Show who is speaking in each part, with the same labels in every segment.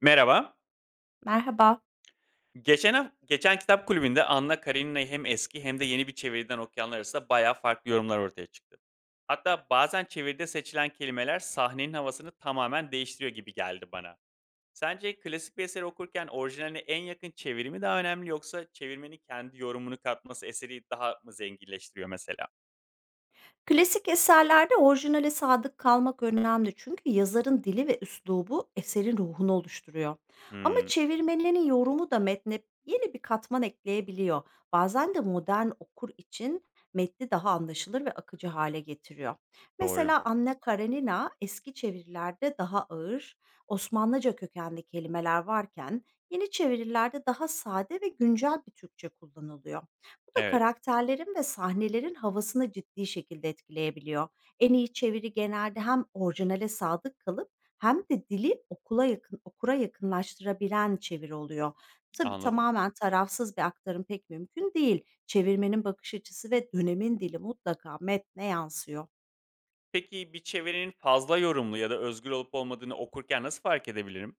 Speaker 1: Merhaba.
Speaker 2: Merhaba.
Speaker 1: Geçen geçen kitap kulübünde Anna Karenina'yı hem eski hem de yeni bir çeviriden okuyanlar arasında bayağı farklı yorumlar ortaya çıktı. Hatta bazen çeviride seçilen kelimeler sahnenin havasını tamamen değiştiriyor gibi geldi bana. Sence klasik bir eseri okurken orijinaline en yakın çevirimi daha önemli yoksa çevirmenin kendi yorumunu katması eseri daha mı zenginleştiriyor mesela?
Speaker 2: Klasik eserlerde orijinale sadık kalmak önemli, çünkü yazarın dili ve üslubu eserin ruhunu oluşturuyor. Ama
Speaker 1: Hmm,
Speaker 2: çevirmenlerin yorumu da metne yeni bir katman ekleyebiliyor. Bazen de modern okur için metni daha anlaşılır ve akıcı hale getiriyor.
Speaker 1: doğru.
Speaker 2: Mesela Anna Karenina eski çevirilerde daha ağır, Osmanlıca kökenli kelimeler varken, yeni çevirilerde daha sade ve güncel bir Türkçe kullanılıyor. Bu da
Speaker 1: Evet,
Speaker 2: karakterlerin ve sahnelerin havasını ciddi şekilde etkileyebiliyor. En iyi çeviri genelde hem orijinale sadık kalıp hem de dili okula yakın, okura yakınlaştırabilen çeviri oluyor. Tabii
Speaker 1: anladım.
Speaker 2: tamamen tarafsız bir aktarım pek mümkün değil. Çevirmenin bakış açısı ve dönemin dili mutlaka metne yansıyor.
Speaker 1: Peki bir çevirinin fazla yorumlu ya da özgür olup olmadığını okurken nasıl fark edebilirim?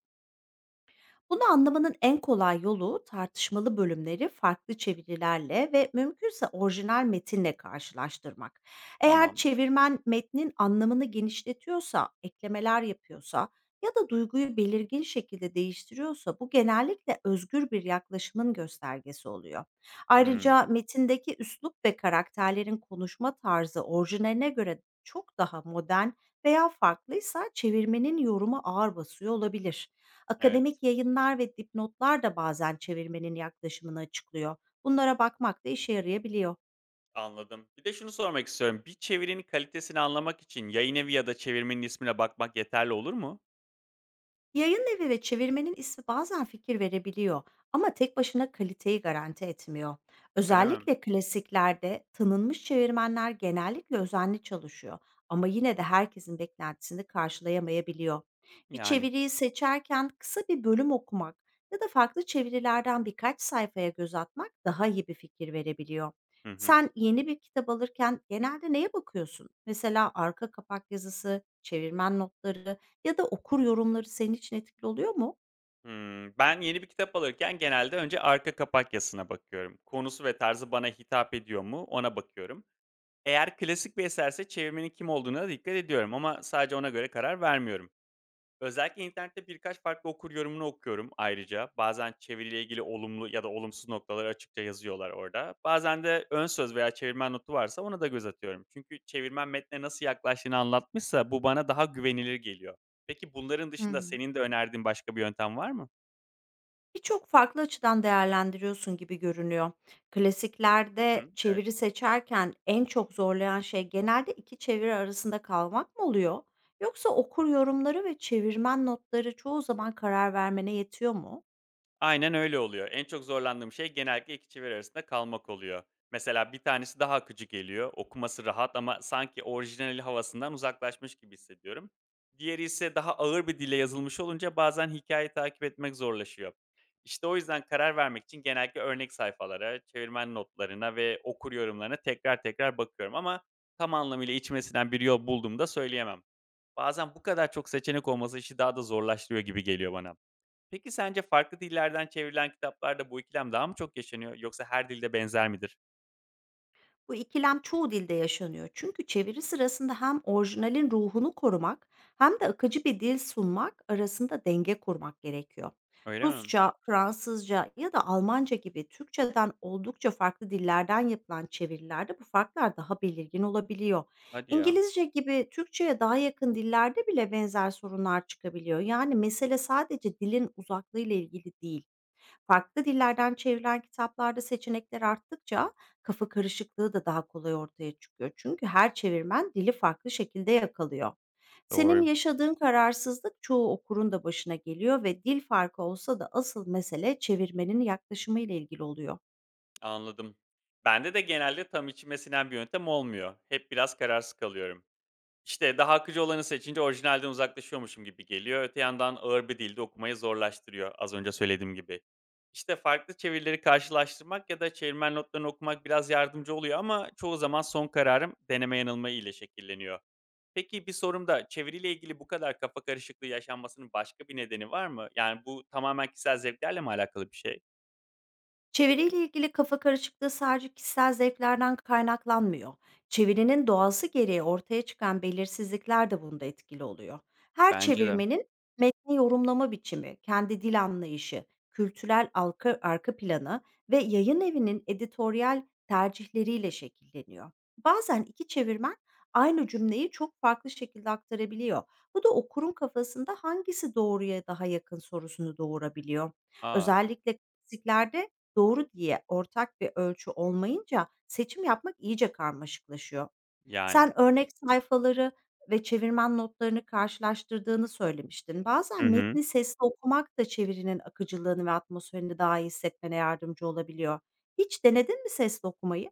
Speaker 2: Bunu anlamanın en kolay yolu, tartışmalı bölümleri farklı çevirilerle ve mümkünse orijinal metinle karşılaştırmak. Eğer
Speaker 1: Tamam.
Speaker 2: çevirmen metnin anlamını genişletiyorsa, eklemeler yapıyorsa ya da duyguyu belirgin şekilde değiştiriyorsa, bu genellikle özgür bir yaklaşımın göstergesi oluyor.
Speaker 1: Hmm,
Speaker 2: Ayrıca metindeki üslup ve karakterlerin konuşma tarzı orijinaline göre çok daha modern veya farklıysa, çevirmenin yoruma ağır basıyor olabilir.
Speaker 1: evet.
Speaker 2: Akademik yayınlar ve dipnotlar da bazen çevirmenin yaklaşımını açıklıyor. Bunlara bakmak da işe yarayabiliyor.
Speaker 1: Anladım. Bir de şunu sormak istiyorum. Bir çevirinin kalitesini anlamak için yayınevi ya da çevirmenin ismine bakmak yeterli olur mu?
Speaker 2: Yayın evi ve çevirmenin ismi bazen fikir verebiliyor, ama tek başına kaliteyi garanti etmiyor.
Speaker 1: Öyle mi?
Speaker 2: Özellikle klasiklerde tanınmış çevirmenler genellikle özenli çalışıyor, ama yine de herkesin beklentisini karşılayamayabiliyor. Bir
Speaker 1: Yani.
Speaker 2: çeviriyi seçerken kısa bir bölüm okumak ya da farklı çevirilerden birkaç sayfaya göz atmak daha iyi bir fikir verebiliyor.
Speaker 1: Hı hı.
Speaker 2: Sen yeni bir kitap alırken genelde neye bakıyorsun? Mesela arka kapak yazısı, çevirmen notları ya da okur yorumları senin için etkili oluyor mu?
Speaker 1: Hımm. Ben yeni bir kitap alırken genelde önce arka kapak yazısına bakıyorum. Konusu ve tarzı bana hitap ediyor mu ona bakıyorum. Eğer klasik bir eserse çevirmenin kim olduğuna dikkat ediyorum ama sadece ona göre karar vermiyorum. Özellikle internette birkaç farklı okur yorumunu okuyorum ayrıca. Bazen çeviriyle ilgili olumlu ya da olumsuz noktaları açıkça yazıyorlar orada. Bazen de ön söz veya çevirmen notu varsa ona da göz atıyorum. Çünkü çevirmen metne nasıl yaklaştığını anlatmışsa bu bana daha güvenilir geliyor. Peki bunların
Speaker 2: Hı
Speaker 1: dışında
Speaker 2: hı.
Speaker 1: senin de önerdiğin başka bir yöntem var mı?
Speaker 2: Birçok farklı açıdan değerlendiriyorsun gibi görünüyor.
Speaker 1: Hı
Speaker 2: Klasiklerde
Speaker 1: hı, evet.
Speaker 2: çeviri seçerken en çok zorlayan şey genelde 2 çeviri arasında kalmak mı oluyor, yoksa okur yorumları ve çevirmen notları çoğu zaman karar vermene yetiyor mu?
Speaker 1: Aynen öyle oluyor. En çok zorlandığım şey genellikle 2 çeviri arasında kalmak oluyor. Mesela bir tanesi daha akıcı geliyor. Okuması rahat ama sanki orijinali havasından uzaklaşmış gibi hissediyorum. Diğeri ise daha ağır bir dille yazılmış olunca bazen hikayeyi takip etmek zorlaşıyor. İşte o yüzden karar vermek için genellikle örnek sayfalara, çevirmen notlarına ve okur yorumlarına tekrar bakıyorum ama tam anlamıyla içmesinden bir yol bulduğumda söyleyemem. Bazen bu kadar çok seçenek olması işi daha da zorlaştırıyor gibi geliyor bana. Peki sence farklı dillerden çevrilen kitaplarda bu ikilem daha mı çok yaşanıyor yoksa her dilde benzer midir?
Speaker 2: Bu ikilem çoğu dilde yaşanıyor. Çünkü çeviri sırasında hem orijinalin ruhunu korumak hem de akıcı bir dil sunmak arasında denge kurmak gerekiyor.
Speaker 1: Öyle mi?
Speaker 2: Rusça, Fransızca ya da Almanca gibi Türkçeden oldukça farklı dillerden yapılan çevirilerde bu farklar daha belirgin olabiliyor.
Speaker 1: Hadi ya.
Speaker 2: İngilizce gibi Türkçe'ye daha yakın dillerde bile benzer sorunlar çıkabiliyor. Yani mesele sadece dilin uzaklığıyla ilgili değil. Farklı dillerden çevrilen kitaplarda seçenekler arttıkça kafa karışıklığı da daha kolay ortaya çıkıyor. Çünkü her çevirmen dili farklı şekilde yakalıyor. Senin
Speaker 1: Doğru.
Speaker 2: yaşadığın kararsızlık çoğu okurun da başına geliyor ve dil farkı olsa da asıl mesele çevirmenin yaklaşımıyla ilgili oluyor.
Speaker 1: Anladım. Bende de genelde tam içime sinen bir yöntem olmuyor. Hep biraz kararsız kalıyorum. İşte daha akıcı olanı seçince orijinalden uzaklaşıyormuşum gibi geliyor. Öte yandan ağır bir dilde okumayı zorlaştırıyor az önce söylediğim gibi. İşte farklı çevirileri karşılaştırmak ya da çevirmen notlarını okumak biraz yardımcı oluyor ama çoğu zaman son kararım deneme yanılma ile şekilleniyor. Peki bir sorum da çeviriyle ilgili bu kadar kafa karışıklığı yaşanmasının başka bir nedeni var mı? Yani bu tamamen kişisel zevklerle mi alakalı bir şey?
Speaker 2: Çeviriyle ilgili kafa karışıklığı sadece kişisel zevklerden kaynaklanmıyor. Çevirinin doğası gereği ortaya çıkan belirsizlikler de bunda etkili oluyor. Her
Speaker 1: Bence de.
Speaker 2: çevirmenin metni yorumlama biçimi, kendi dil anlayışı, kültürel arka planı ve yayın evinin editoryal tercihleriyle şekilleniyor. Bazen iki çevirmen aynı cümleyi çok farklı şekilde aktarabiliyor. Bu da okurun kafasında hangisi doğruya daha yakın sorusunu doğurabiliyor.
Speaker 1: Aa,
Speaker 2: Özellikle klasiklerde doğru diye ortak bir ölçü olmayınca, seçim yapmak iyice karmaşıklaşıyor.
Speaker 1: yani.
Speaker 2: Sen örnek sayfaları ve çevirmen notlarını karşılaştırdığını söylemiştin.
Speaker 1: Hı
Speaker 2: Bazen
Speaker 1: hı.
Speaker 2: metni sesli okumak da çevirinin akıcılığını ve atmosferini daha iyi hissetmene yardımcı olabiliyor. Hiç denedin mi sesli okumayı?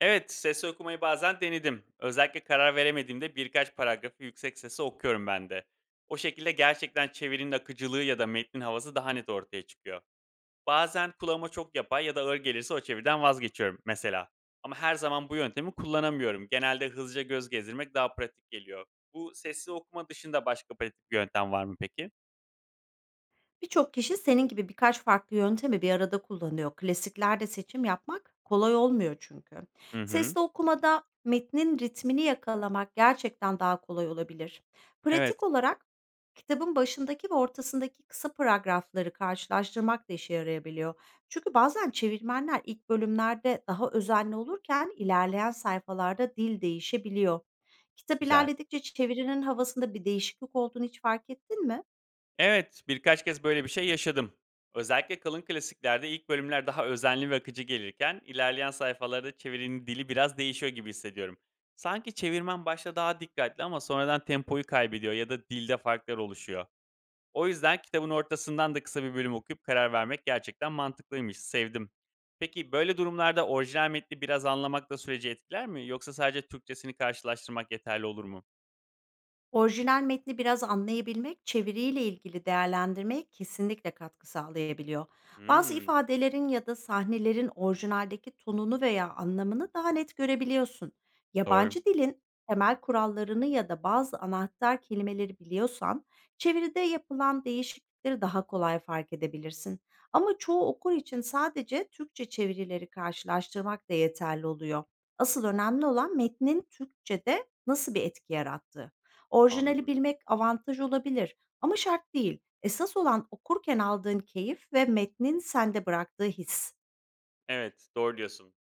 Speaker 1: Evet, sesli okumayı bazen denedim. Özellikle karar veremediğimde birkaç paragrafı yüksek sesle okuyorum ben de. O şekilde gerçekten çevirinin akıcılığı ya da metnin havası daha net ortaya çıkıyor. Bazen kulağıma çok yapay ya da ağır gelirse o çeviriden vazgeçiyorum mesela. Ama her zaman bu yöntemi kullanamıyorum. Genelde hızlıca göz gezdirmek daha pratik geliyor. Bu sesli okuma dışında başka pratik bir yöntem var mı peki?
Speaker 2: Birçok kişi senin gibi birkaç farklı yöntemi bir arada kullanıyor. Klasiklerde seçim yapmak kolay olmuyor çünkü.
Speaker 1: Hı hı.
Speaker 2: Sesli okumada metnin ritmini yakalamak gerçekten daha kolay olabilir.
Speaker 1: Evet,
Speaker 2: Pratik olarak, kitabın başındaki ve ortasındaki kısa paragrafları karşılaştırmak da işe yarayabiliyor. Çünkü bazen çevirmenler ilk bölümlerde daha özenli olurken, ilerleyen sayfalarda dil değişebiliyor. Kitap
Speaker 1: güzel.
Speaker 2: ilerledikçe çevirinin havasında bir değişiklik olduğunu hiç fark ettin mi?
Speaker 1: Evet, birkaç kez böyle bir şey yaşadım. Özellikle kalın klasiklerde ilk bölümler daha özenli ve akıcı gelirken ilerleyen sayfalarda çevirinin dili biraz değişiyor gibi hissediyorum. Sanki çevirmen başta daha dikkatli ama sonradan tempoyu kaybediyor ya da dilde farklar oluşuyor. O yüzden kitabın ortasından da kısa bir bölüm okuyup karar vermek gerçekten mantıklıymış, sevdim. Peki böyle durumlarda orijinal metni biraz anlamak da süreci etkiler mi? Yoksa sadece Türkçesini karşılaştırmak yeterli olur mu?
Speaker 2: Orijinal metni biraz anlayabilmek, çeviriyle ilgili değerlendirmeye kesinlikle katkı sağlayabiliyor. Bazı
Speaker 1: Hımm,
Speaker 2: ifadelerin ya da sahnelerin orijinaldeki tonunu veya anlamını daha net görebiliyorsun.
Speaker 1: doğru.
Speaker 2: Yabancı dilin temel kurallarını ya da bazı anahtar kelimeleri biliyorsan, çeviride yapılan değişiklikleri daha kolay fark edebilirsin. Ama çoğu okur için sadece Türkçe çevirileri karşılaştırmak da yeterli oluyor. Asıl önemli olan metnin Türkçe'de nasıl bir etki yarattığı. Orijinali
Speaker 1: Anladım.
Speaker 2: bilmek avantaj olabilir, ama şart değil. Esas olan okurken aldığın keyif ve metnin sende bıraktığı his.
Speaker 1: Evet, doğru diyorsun.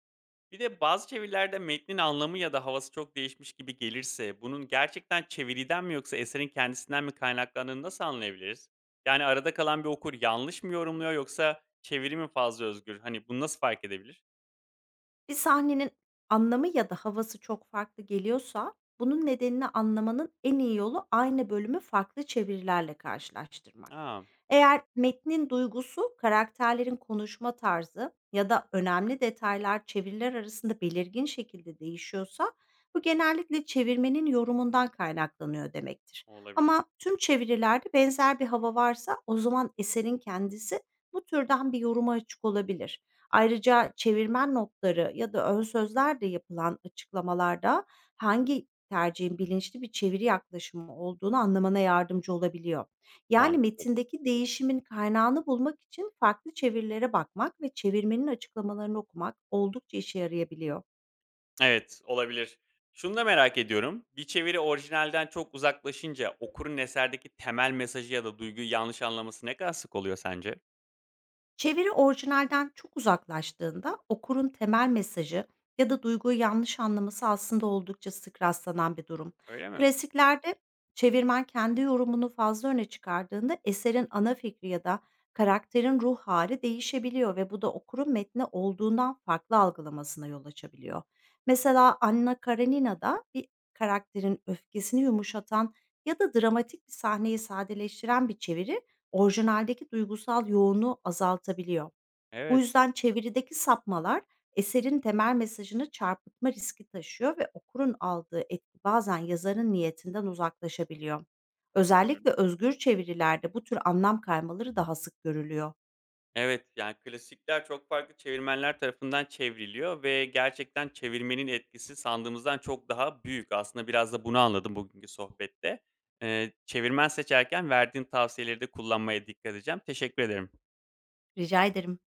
Speaker 1: Bir de bazı çevirilerde metnin anlamı ya da havası çok değişmiş gibi gelirse bunun gerçekten çeviriden mi yoksa eserin kendisinden mi kaynaklandığını nasıl anlayabiliriz? Yani arada kalan bir okur yanlış mı yorumluyor yoksa çeviri mi fazla özgür? Hani bunu nasıl fark edebilir?
Speaker 2: Bir sahnenin anlamı ya da havası çok farklı geliyorsa, bunun nedenini anlamanın en iyi yolu aynı bölümü farklı çevirilerle karşılaştırmak.
Speaker 1: A!
Speaker 2: Eğer metnin duygusu, karakterlerin konuşma tarzı ya da önemli detaylar çeviriler arasında belirgin şekilde değişiyorsa, bu genellikle çevirmenin yorumundan kaynaklanıyor demektir.
Speaker 1: Olabilir.
Speaker 2: Ama tüm çevirilerde benzer bir hava varsa, o zaman eserin kendisi bu türden bir yoruma açık olabilir. Ayrıca çevirmen notları ya da ön sözlerle yapılan açıklamalarda hangi tercihin bilinçli bir çeviri yaklaşımı olduğunu anlamana yardımcı olabiliyor. Yani
Speaker 1: Mantıklı.
Speaker 2: metindeki değişimin kaynağını bulmak için farklı çevirilere bakmak ve çevirmenin açıklamalarını okumak oldukça işe yarayabiliyor.
Speaker 1: Evet, olabilir. Şunu da merak ediyorum. Bir çeviri orijinalden çok uzaklaşınca okurun eserdeki temel mesajı ya da duyguyu yanlış anlaması ne kadar sık oluyor sence?
Speaker 2: Çeviri orijinalden çok uzaklaştığında okurun temel mesajı ya da duyguyu yanlış anlaması aslında oldukça sık rastlanan bir durum.
Speaker 1: Öyle mi?
Speaker 2: Klasiklerde çevirmen kendi yorumunu fazla öne çıkardığında eserin ana fikri ya da karakterin ruh hali değişebiliyor ve bu da okurun metni olduğundan farklı algılamasına yol açabiliyor. Mesela Anna Karenina'da bir karakterin öfkesini yumuşatan ya da dramatik bir sahneyi sadeleştiren bir çeviri, orijinaldeki duygusal yoğunluğu azaltabiliyor. Bu
Speaker 1: Evet.
Speaker 2: yüzden çevirideki sapmalar eserin temel mesajını çarpıtma riski taşıyor ve okurun aldığı etki bazen yazarın niyetinden uzaklaşabiliyor.
Speaker 1: Hı hı.
Speaker 2: Özellikle özgür çevirilerde bu tür anlam kaymaları daha sık görülüyor.
Speaker 1: Evet, yani klasikler çok farklı çevirmenler tarafından çevriliyor ve gerçekten çevirmenin etkisi sandığımızdan çok daha büyük. Aslında biraz da bunu anladım bugünkü sohbette. Çevirmen seçerken verdiğin tavsiyeleri de kullanmaya dikkat edeceğim. Teşekkür ederim.
Speaker 2: Rica ederim.